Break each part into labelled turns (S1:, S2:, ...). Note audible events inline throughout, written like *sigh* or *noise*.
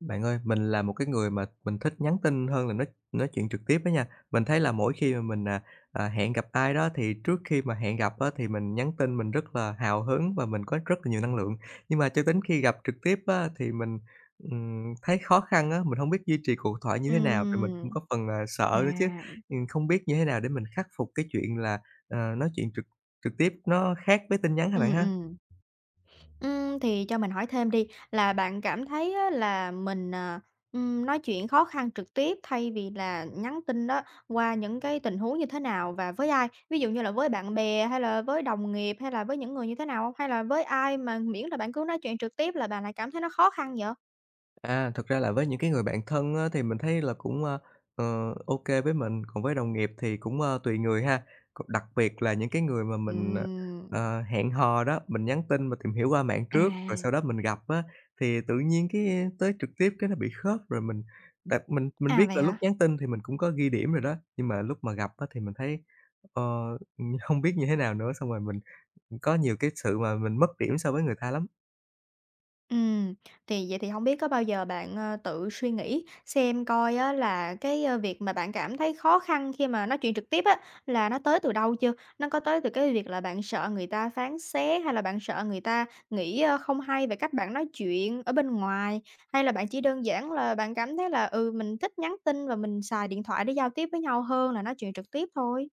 S1: Bạn ơi, mình là một cái người mà mình thích nhắn tin hơn là nói chuyện trực tiếp á nha. Mình thấy là mỗi khi mà mình, hẹn gặp ai đó thì trước khi mà hẹn gặp á, thì mình nhắn tin mình rất là hào hứng và mình có rất là nhiều năng lượng. Nhưng mà cho đến khi gặp trực tiếp á, thì mình, thấy khó khăn á, mình không biết duy trì cuộc thoại như thế nào, rồi mình cũng
S2: Ừm.
S1: có phần, sợ nữa chứ.
S2: À.
S1: Không biết như thế nào để mình khắc phục cái chuyện là, nói chuyện trực trực tiếp nó khác với tin nhắn hả bạn
S2: Ừm,
S1: ha?
S2: ừm. Thì cho mình hỏi thêm đi, là bạn cảm thấy á là mình nói chuyện khó khăn trực tiếp thay vì là nhắn tin đó, qua những cái tình huống như thế nào và với ai? Ví dụ như là với bạn bè hay là với đồng nghiệp hay là với những người như thế nào không? Hay là với ai mà miễn là bạn cứ nói chuyện trực tiếp là bạn lại cảm thấy nó khó khăn vậy?
S1: Thực ra là với những cái người bạn thân á, thì mình thấy là cũng, ô với mình, còn với đồng nghiệp thì cũng, tùy người ha. Còn đặc biệt là những cái người mà mình,
S2: Ừm,
S1: hẹn hò đó, mình nhắn tin, mình tìm hiểu qua mạng trước, rồi sau
S2: à.
S1: đó mình gặp á, thì tự nhiên cái tới trực tiếp cái nó bị khớp, rồi mình đặt mình
S2: À,
S1: biết
S2: vậy
S1: là lúc
S2: hả?
S1: nhắn tin thì mình cũng có ghi điểm rồi đó, nhưng mà lúc mà gặp á thì mình thấy, ờ, *laughs* hông biết như thế nào nữa, xong rồi mình có nhiều cái sự mà mình mất điểm so với người ta lắm.
S2: Ừm, thì vậy thì không biết có bao giờ bạn tự suy nghĩ xem coi á là cái việc mà bạn cảm thấy khó khăn khi mà nói chuyện trực tiếp á, là nó tới từ đâu chưa? Nó có tới từ cái việc là bạn sợ người ta phán xét, hay là bạn sợ người ta nghĩ không hay về cách bạn nói chuyện ở bên ngoài? Hay là bạn chỉ đơn giản là bạn cảm thấy là, ừ, mình thích nhắn tin và mình xài điện thoại để giao tiếp với nhau hơn là nói chuyện trực tiếp thôi?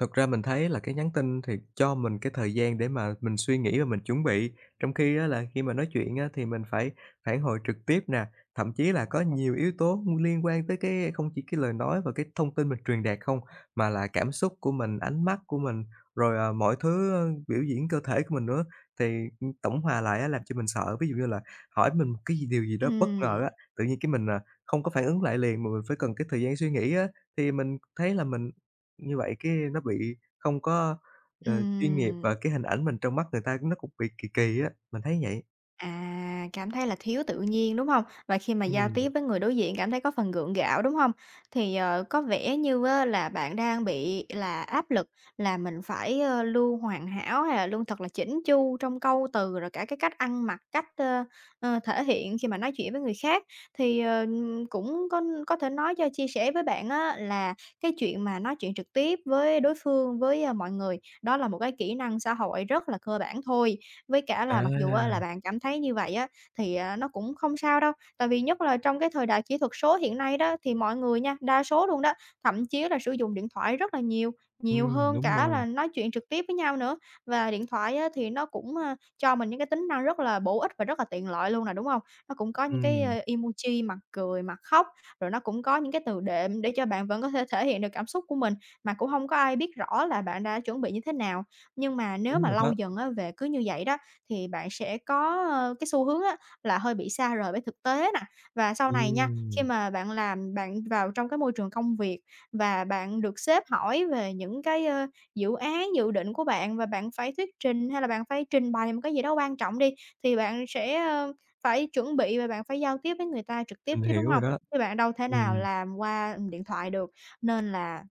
S1: Thực ra mình thấy là cái nhắn tin thì cho mình cái thời gian để mà mình suy nghĩ và mình chuẩn bị, trong khi á là khi mà nói chuyện á thì mình phải phản hồi trực tiếp nè, thậm chí là có nhiều yếu tố liên quan tới cái không chỉ cái lời nói và cái thông tin mình truyền đạt không, mà là cảm xúc của mình, ánh mắt của mình, rồi, mọi thứ, biểu diễn cơ thể của mình nữa. Thì, tổng hòa lại á làm cho mình sợ, ví dụ như là hỏi mình một cái gì điều gì đó bất ngờ
S2: Ừm,
S1: á, tự nhiên cái mình, không có phản ứng lại liền mà mình phải cần cái thời gian suy nghĩ á, thì mình thấy là mình như vậy cái nó bị không có, chuyên nghiệp và
S2: ừm.
S1: cái hình ảnh mình trong mắt người ta nó cũng bị kỳ kỳ á, mình thấy vậy.
S2: À, cảm thấy là thiếu tự nhiên, đúng không? Và khi mà giao
S1: Ừm,
S2: tiếp với người đối diện cảm thấy có phần gượng gạo, đúng không? Có vẻ như á là bạn đang bị là áp lực là mình phải luôn hoàn hảo hay là luôn thật là chỉnh chu trong câu từ, rồi cả cái cách ăn mặc, cách thể hiện khi mà nói chuyện với người khác. Cũng có thể nói cho chia sẻ với bạn á là cái chuyện mà nói chuyện trực tiếp với đối phương, với, a, mọi người, đó là một cái kỹ năng xã hội rất là cơ bản thôi. Với cả là mặc dù
S1: à,
S2: á là bạn cảm thấy như vậy á, nó cũng không sao đâu, tại vì nhất là trong cái thời đại kỹ thuật số hiện nay đó, thì mọi người nha, đa số luôn đó, thậm chí là sử dụng điện thoại rất là nhiều, nhiều
S1: ừm,
S2: hơn
S1: đúng
S2: cả
S1: rồi,
S2: là nói chuyện trực tiếp với nhau nữa. Và điện thoại á thì nó cũng, a, cho mình những cái tính năng rất là bổ ích và rất là tiện lợi luôn nè, đúng không? Nó cũng có những cái,
S1: ừm,
S2: ơ, emoji mặt cười, mặt khóc, rồi nó cũng có những cái từ đệm để cho bạn vẫn có thể thể hiện được cảm xúc của mình, mà cũng không có ai biết rõ là bạn đã chuẩn bị như thế nào. Nhưng mà nếu
S1: đúng
S2: mà
S1: rồi
S2: lâu
S1: đó,
S2: dần á về cứ như vậy đó, thì bạn sẽ có cái xu hướng á là hơi bị xa rời với thực tế nè. Và sau này nha, khi
S1: ừm,
S2: mà bạn vào trong cái môi trường công việc và bạn được sếp hỏi về những cái dự án, dự định của bạn và bạn phải thuyết trình hay là bạn phải trình bày một cái gì đó quan trọng đi, thì bạn sẽ phải chuẩn bị và bạn phải giao tiếp với người ta trực tiếp
S1: mình
S2: chứ, đúng
S1: hiểu rồi
S2: không?
S1: đó,
S2: Chứ bạn đâu thể nào
S1: ừm,
S2: làm qua điện thoại được, nên là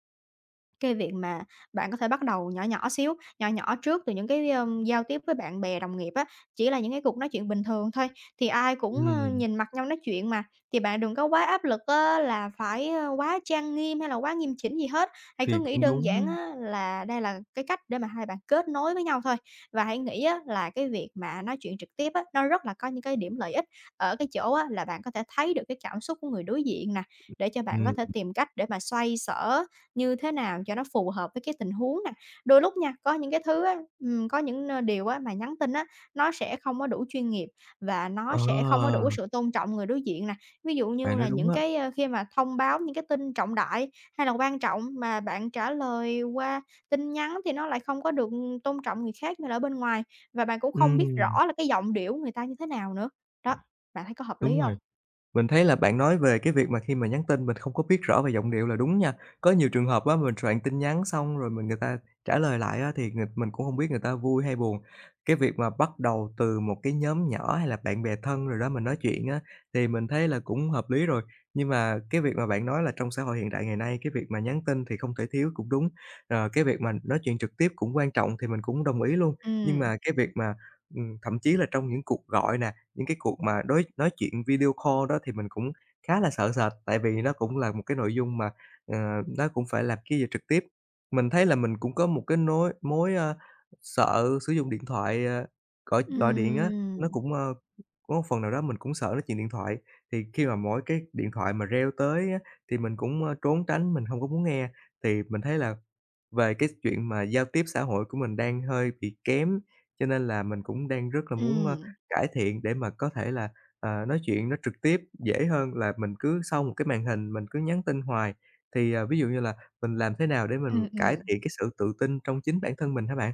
S2: cái việc mà bạn có thể bắt đầu nhỏ nhỏ xíu, nhỏ nhỏ trước từ những cái giao tiếp với bạn bè, đồng nghiệp á, chỉ là những cái cuộc nói chuyện bình thường thôi, thì ai cũng
S1: ừm,
S2: nhìn mặt nhau nói chuyện mà, thì bạn đừng có quá áp lực á là phải quá trang nghiêm hay là quá nghiêm chỉnh gì hết. Hãy
S1: thì
S2: cứ nghĩ
S1: cũng
S2: đơn giản
S1: đúng,
S2: á là đây là cái cách để mà hai bạn kết nối với nhau thôi. Và hãy nghĩ á là cái việc mà nói chuyện trực tiếp á, nó rất là có những cái điểm lợi ích ở cái chỗ á là bạn có thể thấy được cái cảm xúc của người đối diện nè, để cho bạn có
S1: ừm,
S2: thể tìm cách để mà xoay sở như thế nào cho nó phù hợp với cái tình huống nè. Đôi lúc nha, có những cái thứ á, có những n điều á mà nhắn tin á, nó sẽ không có đủ chuyên nghiệp và
S1: ờ,
S2: nó sẽ không có đủ cái sự tôn trọng người đối diện nè. Ví dụ
S1: bạn
S2: như
S1: nói
S2: là
S1: đúng
S2: những
S1: á,
S2: cái khi mà thông báo những cái tin trọng đại hay là quan trọng mà bạn trả lời qua tin nhắn thì nó lại không có được tôn trọng người khác như là ở bên ngoài, và bạn cũng không biết
S1: ừm,
S2: rõ là cái giọng điệu người ta như thế nào nữa. Đó, bạn thấy có hợp
S1: đúng
S2: lý không?
S1: rồi. Mình thấy là bạn nói về cái việc mà khi mà nhắn tin mình không có biết rõ về giọng điệu là đúng nha. Có nhiều trường hợp á, mình soạn tin nhắn xong rồi mình người ta trả lời lại á, thì người mình cũng không biết người ta vui hay buồn. Cái việc mà bắt đầu từ một cái nhóm nhỏ hay là bạn bè thân rồi đó mình nói chuyện á, thì mình thấy là cũng hợp lý rồi. Nhưng mà cái việc mà bạn nói là trong xã hội hiện đại ngày nay, cái việc mà nhắn tin thì không thể thiếu cũng đúng, ờ, cái việc mà nói chuyện trực tiếp cũng quan trọng thì mình cũng đồng ý luôn. Nhưng
S2: Ừm,
S1: mà cái việc mà, thậm chí là trong những cuộc gọi nè, những cái cuộc mà đối nói chuyện video call đó thì mình cũng khá là sợ sệt, tại vì nó cũng là một cái nội dung mà, ờ, nó cũng phải làm cái gì trực tiếp. Mình thấy là mình cũng có một cái mối, sợ sử dụng điện thoại, gọi gọi điện á,
S2: ừm,
S1: nó cũng, có một phần nào đó mình cũng sợ nói chuyện điện thoại. Thì khi mà mỗi cái điện thoại mà reo tới á, thì mình cũng, trốn tránh, mình không có muốn nghe. Thì mình thấy là về cái chuyện mà giao tiếp xã hội của mình đang hơi bị kém, cho nên là mình cũng đang rất là muốn,
S2: ừm,
S1: cải thiện để mà có thể là, nói chuyện nó trực tiếp dễ hơn là mình cứ sau một cái màn hình mình cứ nhắn tin hoài. Thì, ví dụ như là mình làm thế nào để mình
S2: ừm,
S1: cải
S2: ừm.
S1: thiện cái sự tự tin trong chính bản thân mình hả bạn?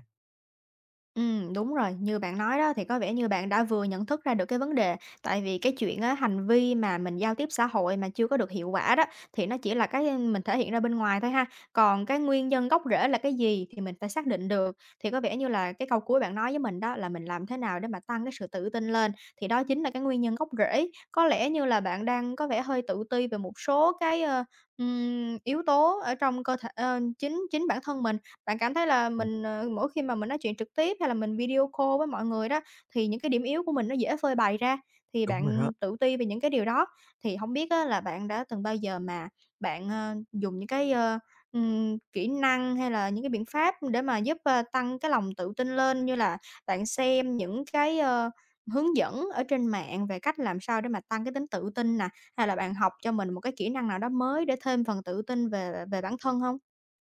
S2: Đúng rồi, như bạn nói đó thì có vẻ như bạn đã vừa nhận thức ra được cái vấn đề, tại vì cái chuyện á, hành vi mà mình giao tiếp xã hội mà chưa có được hiệu quả đó, thì nó chỉ là cái mình thể hiện ra bên ngoài thôi ha, còn cái nguyên nhân gốc rễ là cái gì thì mình phải xác định được. Thì có vẻ như là cái câu cuối bạn nói với mình đó là mình làm thế nào để mà tăng cái sự tự tin lên, thì đó chính là cái nguyên nhân gốc rễ. Có lẽ như là bạn đang có vẻ hơi tự ti về một số cái yếu tố ở trong cơ thể ờ, chính chính bản thân mình. Bạn cảm thấy là
S1: Ừm,
S2: mình mỗi khi mà mình nói chuyện trực tiếp hay là mình video call với mọi người đó, thì những cái điểm yếu của mình nó dễ phơi bày ra, thì
S1: đúng rồi đó.
S2: bạn tự ti về những cái điều đó. Thì không biết á là bạn đã từng bao giờ mà bạn dùng những cái kỹ năng hay là những cái biện pháp để mà giúp tăng cái lòng tự tin lên, như là bạn xem những cái hướng dẫn ở trên mạng về cách làm sao để mà tăng cái tính tự tin nè, hay là bạn học cho mình một cái kỹ năng nào đó mới để thêm phần tự tin về về bản thân không?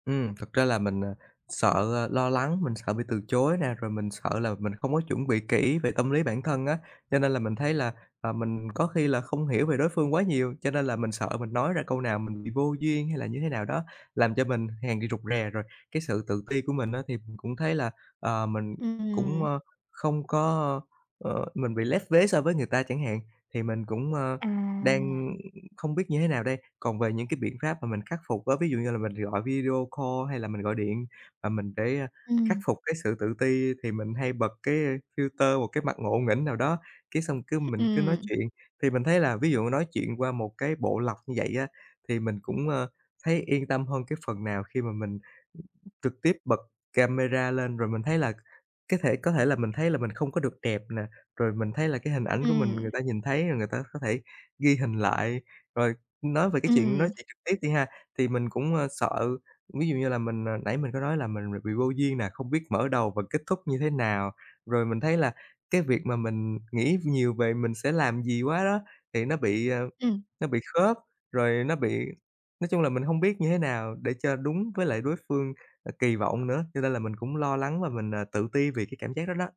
S1: Thực ra là mình, sợ, lo lắng, mình sợ bị từ chối nè, rồi mình sợ là mình không có chuẩn bị kỹ về tâm lý bản thân á, cho nên là mình thấy là, mình có khi là không hiểu về đối phương quá nhiều, cho nên là mình sợ mình nói ra câu nào mình bị vô duyên hay là như thế nào đó, làm cho mình càng bị rụt rè. Rồi cái sự tự ti của mình á thì mình cũng thấy là, mình cũng,
S2: Ừm.
S1: không có, mình bị lép vế so với người ta chẳng hạn, thì mình cũng,
S2: À,
S1: đang không biết như thế nào đây, còn về những cái biện pháp mà mình khắc phục á, ví dụ như là mình gọi video call hay là mình gọi điện và mình để, khắc
S2: ừm,
S1: phục cái sự tự ti thì mình hay bật cái, filter một cái mặt ngộ nghĩnh nào đó, cái xong cứ mình cứ nói
S2: ừm,
S1: chuyện. Thì mình thấy là ví dụ nói chuyện qua một cái bộ lọc như vậy á, thì mình cũng, thấy yên tâm hơn cái phần nào khi mà mình trực tiếp bật camera lên rồi mình thấy là cái thể có thể là mình thấy là mình không có được đẹp nè, rồi mình thấy là cái hình ảnh của mình người
S2: ừm,
S1: ta nhìn thấy, rồi người ta có thể ghi hình lại. Rồi nói về cái chuyện nói
S2: ừm,
S1: chuyện trực tiếp đi ha, thì mình cũng, sợ, ví dụ như là mình, nãy mình có nói là mình bị vô duyên nè, không biết mở đầu và kết thúc như thế nào. Rồi mình thấy là cái việc mà mình nghĩ nhiều về mình sẽ làm gì quá đó, thì nó bị,
S2: ừm,
S1: nó bị khớp, rồi nó bị nói chung là mình hông biết như thế nào để cho đúng với lại đối phương, kỳ vọng nữa, cho nên là mình cũng lo lắng và mình, tự ti vì cái cảm giác đó đó.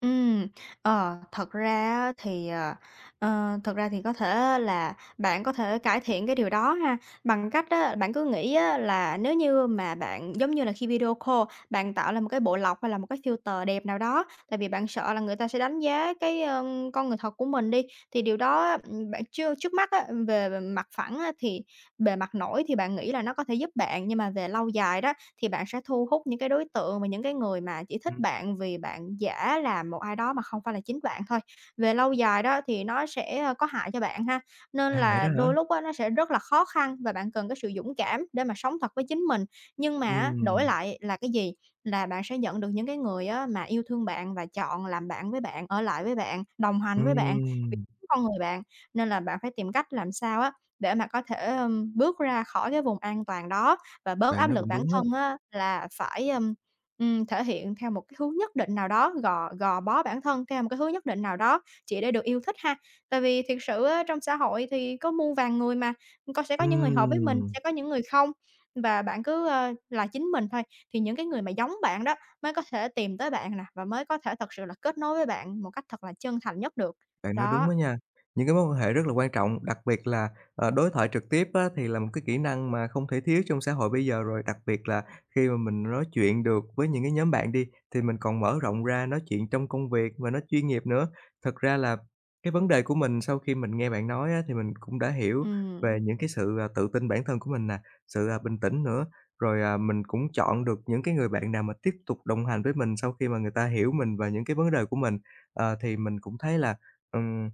S2: ừm. Ờ, thật ra á thì, ờ, ờ, Thật ra thì có thể là bạn có thể cải thiện cái điều đó ha, bằng cách á bạn cứ nghĩ á là nếu như mà bạn giống như là khi video call, bạn tạo ra một cái bộ lọc hay là một cái filter đẹp nào đó, tại vì bạn sợ là người ta sẽ đánh giá cái con người thật của mình đi. Thì điều đó á, bạn chưa trước mắt á, về về mặt phẳng á thì bề mặt nổi thì bạn nghĩ là nó có thể giúp bạn, nhưng mà về lâu dài đó thì bạn sẽ thu hút những cái đối tượng và những cái người mà chỉ thích
S1: Ừm.
S2: bạn vì bạn giả làm một ai đó mà không phải là chính bạn thôi. Về lâu dài đó thì nó sẽ có hại cho bạn ha, nên
S1: À, vậy đó
S2: là
S1: hả?
S2: đôi lúc á, nó sẽ rất là khó khăn và bạn cần cái sự dũng cảm để mà sống thật với chính mình. Nhưng mà á, đổi
S1: Ừm,
S2: lại là cái gì? Là bạn sẽ nhận được những cái người á, mà yêu thương bạn và chọn làm bạn với bạn, ở lại với bạn, đồng hành với bạn vì
S1: ừm,
S2: con người bạn. Nên là bạn phải tìm cách làm sao á, để mà có thể, ưm, bước ra khỏi cái vùng an toàn đó, và bớt
S1: bạn
S2: áp
S1: nói
S2: lực
S1: cũng
S2: bản
S1: đúng
S2: thân
S1: á.
S2: á là phải thể hiện theo một cái hướng nhất định nào đó, gò gò bó bản thân theo một cái hướng nhất định nào đó chỉ để được yêu thích ha. Tại vì thiệt sự á trong xã hội thì có muôn vàn người mà, sẽ có những người hợp với mình,
S1: Ừm.
S2: sẽ có những người không, và bạn cứ là chính mình thôi, thì những cái người mà giống bạn đó mới có thể tìm tới bạn nè, và mới có thể thật sự là kết nối với bạn một cách thật là chân thành nhất được.
S1: Bạn nói đúng
S2: Đó,
S1: đó nha. Những cái mối quan hệ rất là quan trọng, đặc biệt là, đối thoại trực tiếp á, thì là một cái kỹ năng mà không thể thiếu trong xã hội bây giờ rồi. Đặc biệt là khi mà mình nói chuyện được với những cái nhóm bạn đi, thì mình còn mở rộng ra nói chuyện trong công việc và nói chuyên nghiệp nữa. Thật ra là cái vấn đề của mình sau khi mình nghe bạn nói á, thì mình cũng đã hiểu
S2: ừm,
S1: về những cái sự, tự tin bản thân của mình nè, sự, bình tĩnh nữa. Rồi, mình cũng chọn được những cái người bạn nào mà tiếp tục đồng hành với mình sau khi mà người ta hiểu mình và những cái vấn đề của mình. Ờ, thì mình cũng thấy là. Ừm,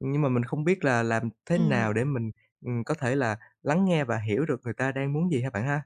S1: nhưng mà mình không biết là làm thế nào
S2: ừm.
S1: để mình, có thể là lắng nghe và hiểu được người ta đang muốn gì hả bạn ha?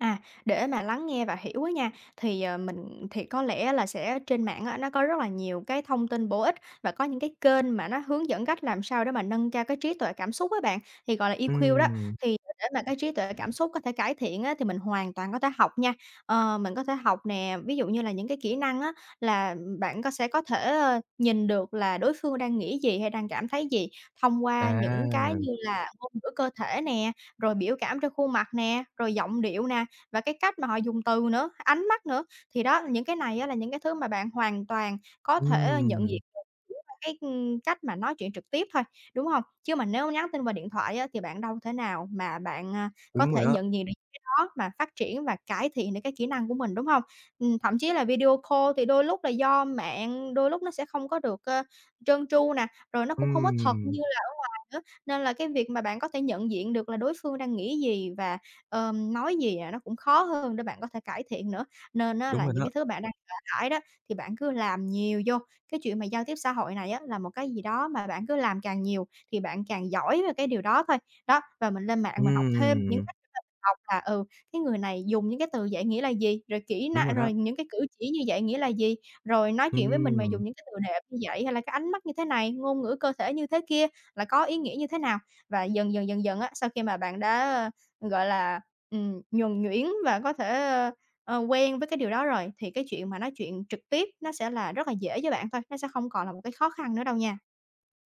S2: À, để mà lắng nghe và hiểu á nha, mình thì có lẽ là sẽ trên mạng á, nó có rất là nhiều cái thông tin bổ ích và có những cái kênh mà nó hướng dẫn cách làm sao để mà nâng cao cái trí tuệ cảm xúc á bạn, thì gọi là EQ đó.
S1: Ừm,
S2: Thì để mà cái trí tuệ cảm xúc có thể cải thiện á, thì mình hoàn toàn có thể học nha. Ờ, mình có thể học nè, ví dụ như là những cái kỹ năng á, là bạn sẽ có thể nhìn được là đối phương đang nghĩ gì hay đang cảm thấy gì thông qua
S1: à,
S2: những cái như là ngôn ngữ cơ thể nè, rồi biểu cảm trên khuôn mặt nè, rồi giọng điệu nè và cái cách mà họ dùng từ nữa, ánh mắt nữa. Thì đó, những cái này á là những cái thứ mà bạn hoàn toàn có thể ờ, nhận
S1: ừm,
S2: diện được chỉ qua cái, ưm, cách mà nói chuyện trực tiếp thôi, đúng hông? Chứ mà nếu nhắn tin qua điện thoại á thì bạn đâu thể nào mà bạn có
S1: đúng rồi
S2: thể
S1: đó,
S2: nhận diện được cái đó mà phát triển và cải thiện được cái kỹ năng của mình, đúng hông? Thậm chí là video call thì đôi lúc là do mạng, đôi lúc nó sẽ không có được trơn tru nè, rồi nó cũng không có thật
S1: ừm,
S2: như là ở ngoài nữa. Nên là cái việc mà bạn có thể nhận diện được là đối phương đang nghĩ gì và nói gì à, nó cũng khó hơn để bạn có thể cải thiện nữa. Nên á
S1: đúng
S2: là
S1: rồi
S2: những
S1: đó,
S2: cái thứ bạn đang sợ hãi đó thì bạn cứ làm nhiều vô. Cái chuyện mà giao tiếp xã hội này á là một cái gì đó mà bạn cứ làm càng nhiều thì bạn càng giỏi về cái điều đó thôi. Đó, và mình lên mạng mình học thêm những
S1: ừm,
S2: cách để mình học là, ừ, cái người này dùng những cái từ vậy nghĩa là gì, rồi kỹ
S1: đúng rồi
S2: năng
S1: đó,
S2: rồi những cái cử chỉ như vậy nghĩa là gì, rồi nói chuyện với mình mà
S1: ừm.
S2: dùng những cái từ đẹp như vậy hay là cái ánh mắt như thế này, ngôn ngữ cơ thể như thế kia là có ý nghĩa như thế nào. Và dần dần á, sau khi mà bạn đã gọi là, nhuần nhuyễn và có thể quen với cái điều đó rồi, thì cái chuyện mà nói chuyện trực tiếp nó sẽ là rất là dễ với bạn thôi, nó sẽ không còn là một cái khó khăn nữa đâu nha.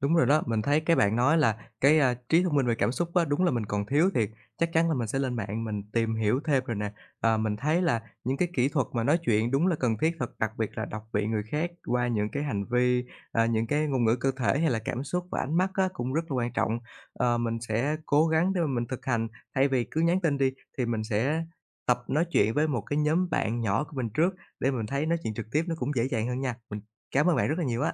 S1: Đúng rồi đó, mình thấy cái bạn nói là cái, trí thông minh về cảm xúc á, đúng là mình còn thiếu thiệt. Chắc chắn là mình sẽ lên mạng mình tìm hiểu thêm rồi nè. Ờ, mình thấy là những cái kỹ thuật mà nói chuyện đúng là cần thiết thật, đặc biệt là đọc vị người khác qua những cái hành vi, những cái ngôn ngữ cơ thể hay là cảm xúc và ánh mắt á, cũng rất là quan trọng. Ờ, mình sẽ cố gắng để mà mình thực hành, thay vì cứ nhắn tin đi thì mình sẽ tập nói chuyện với một cái nhóm bạn nhỏ của mình trước để mình thấy nói chuyện trực tiếp nó cũng dễ dàng hơn nha. Mình cám ơn bạn rất là nhiều á.